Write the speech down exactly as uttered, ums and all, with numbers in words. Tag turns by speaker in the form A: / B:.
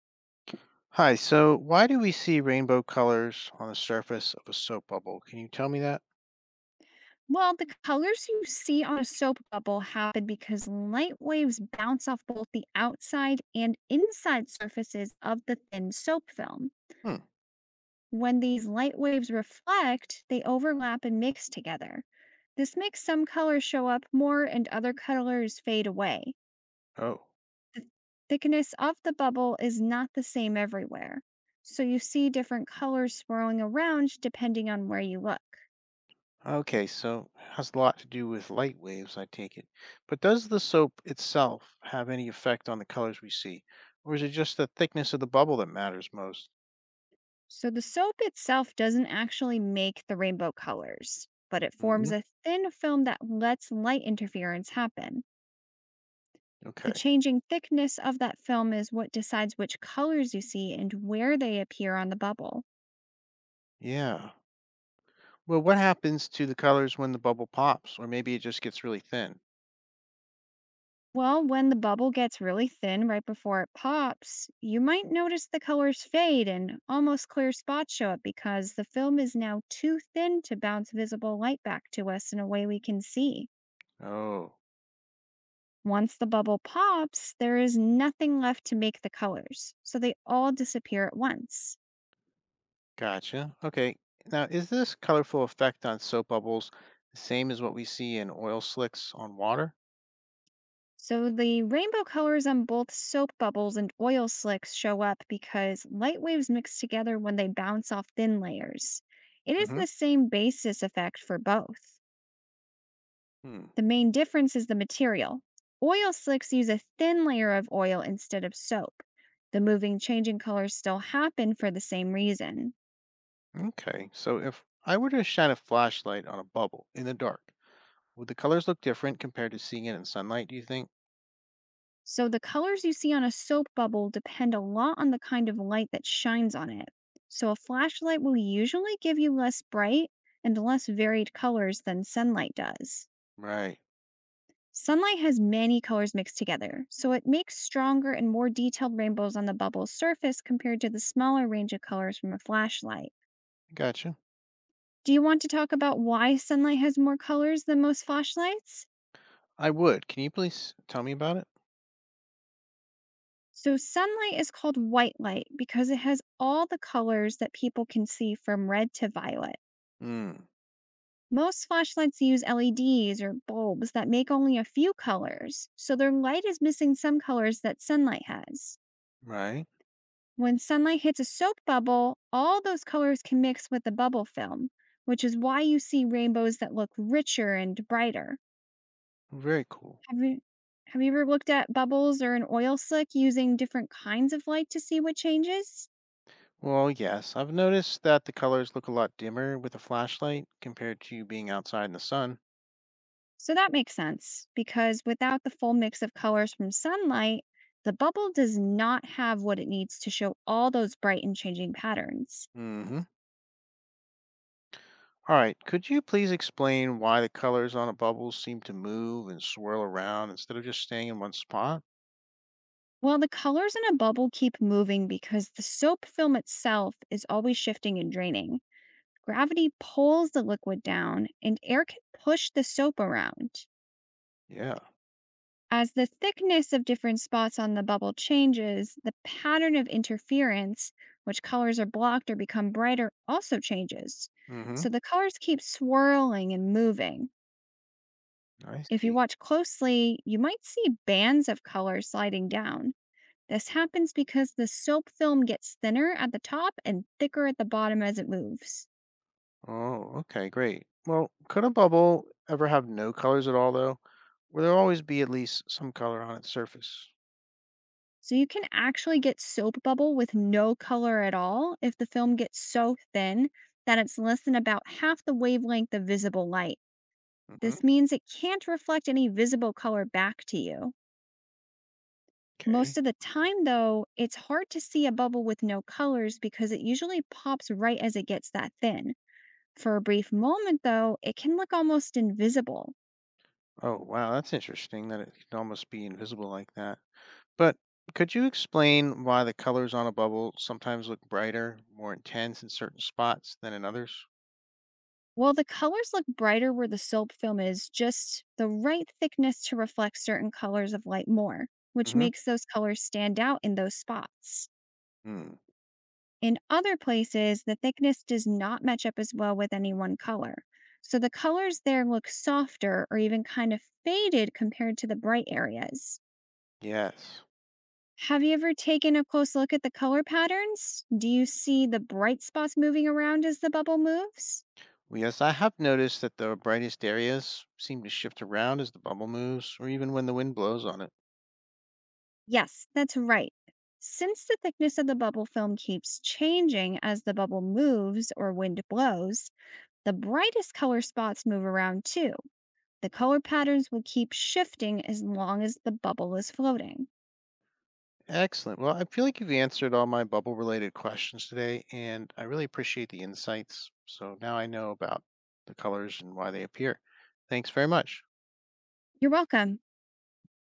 A: Hi, so why do we see rainbow colors on the surface of a soap bubble? Can you tell me that?
B: Well, the colors you see on a soap bubble happen because light waves bounce off both the outside and inside surfaces of the thin soap film.
A: Hmm.
B: When these light waves reflect, they overlap and mix together. This makes some colors show up more and other colors fade away.
A: Oh,
B: The thickness of the bubble is not the same everywhere, so you see different colors swirling around depending on where you look.
A: okay. So it has a lot to do with light waves, I take it. But does the soap itself have any effect on the colors we see? Or is it just the thickness of the bubble that matters most?
B: So the soap itself doesn't actually make the rainbow colors, but it forms
A: Hmm.
B: a thin film that lets light interference happen. The
A: Okay.
B: changing thickness of that film is what decides which colors you see and where they appear on the bubble.
A: Yeah. Well, what happens to the colors when the bubble pops? Or maybe it just gets really thin?
B: Well, when the bubble gets really thin right before it pops, you might notice the colors fade and almost clear spots show up because the film is now too thin to bounce visible light back to us in a way we can see.
A: Oh.
B: Once the bubble pops, there is nothing left to make the colors, so they all disappear at once.
A: Gotcha. Okay. Now, is this colorful effect on soap bubbles the same as what we see in oil slicks on water?
B: So the rainbow colors on both soap bubbles and oil slicks show up because light waves mix together when they bounce off thin layers. It is
A: Hmm.
B: the same basis effect for both.
A: Hmm.
B: The main difference is the material. Oil slicks use a thin layer of oil instead of soap. The moving, changing colors still happen for the same reason.
A: Okay. So, if I were to shine a flashlight on a bubble in the dark, would the colors look different compared to seeing it in sunlight, do you think?
B: So, the colors you see on a soap bubble depend a lot on the kind of light that shines on it. So, a flashlight will usually give you less bright and less varied colors than sunlight does.
A: Right.
B: Sunlight has many colors mixed together, so it makes stronger and more detailed rainbows on the bubble's surface compared to the smaller range of colors from a flashlight.
A: Gotcha.
B: Do you want to talk about why sunlight has more colors than most flashlights?
A: I would. Can you please tell me about it?
B: So, sunlight is called white light because it has all the colors that people can see from red to violet.
A: Hmm.
B: Most flashlights use L E Ds or bulbs that make only a few colors, so their light is missing some colors that sunlight has.
A: Right.
B: When sunlight hits a soap bubble, all those colors can mix with the bubble film, which is why you see rainbows that look richer and brighter.
A: Very cool.
B: Have you, have you ever looked at bubbles or an oil slick using different kinds of light to see what changes?
A: Well, yes, I've noticed that the colors look a lot dimmer with a flashlight compared to being outside in the sun.
B: So that makes sense because without the full mix of colors from sunlight, the bubble does not have what it needs to show all those bright and changing patterns.
A: Mm hmm. All right, could you please explain why the colors on a bubble seem to move and swirl around instead of just staying in one spot?
B: Well, the colors in a bubble keep moving because the soap film itself is always shifting and draining. Gravity pulls the liquid down, and air can push the soap around.
A: Yeah.
B: As the thickness of different spots on the bubble changes, the pattern of interference, which colors are blocked or become brighter, also changes.
A: Mm-hmm.
B: So the colors keep swirling and moving.
A: I
B: If you
A: see.
B: watch closely, you might see bands of color sliding down. This happens because the soap film gets thinner at the top and thicker at the bottom as it moves.
A: Oh, okay, great. Well, could a bubble ever have no colors at all, though? Will there always be at least some color on its surface?
B: So you can actually get soap bubble with no color at all if the film gets so thin that it's less than about half the wavelength of visible light.
A: Mm-hmm.
B: This means it can't reflect any visible color back to you. Most
A: Okay.
B: of the time, though, it's hard to see a bubble with no colors because it usually pops right as it gets that thin. For a brief moment, though, it can look almost invisible.
A: Oh, wow, that's interesting that it can almost be invisible like that. But could you explain why the colors on a bubble sometimes look brighter, more intense in certain spots than in others?
B: Well, the colors look brighter where the soap film is just the right thickness to reflect certain colors of light more, which
A: Mm-hmm.
B: makes those colors stand out in those spots.
A: Mm.
B: In other places, the thickness does not match up as well with any one color. So the colors there look softer or even kind of faded compared to the bright areas.
A: Yes.
B: Have you ever taken a close look at the color patterns? Do you see the bright spots moving around as the bubble moves?
A: Well, yes, I have noticed that the brightest areas seem to shift around as the bubble moves or even when the wind blows on it.
B: Yes, that's right. Since the thickness of the bubble film keeps changing as the bubble moves or wind blows, the brightest color spots move around too. The color patterns will keep shifting as long as the bubble is floating.
A: Excellent. Well, I feel like you've answered all my bubble related questions today, and I really appreciate the insights. So now I know about the colors and why they appear. Thanks very much.
B: You're welcome.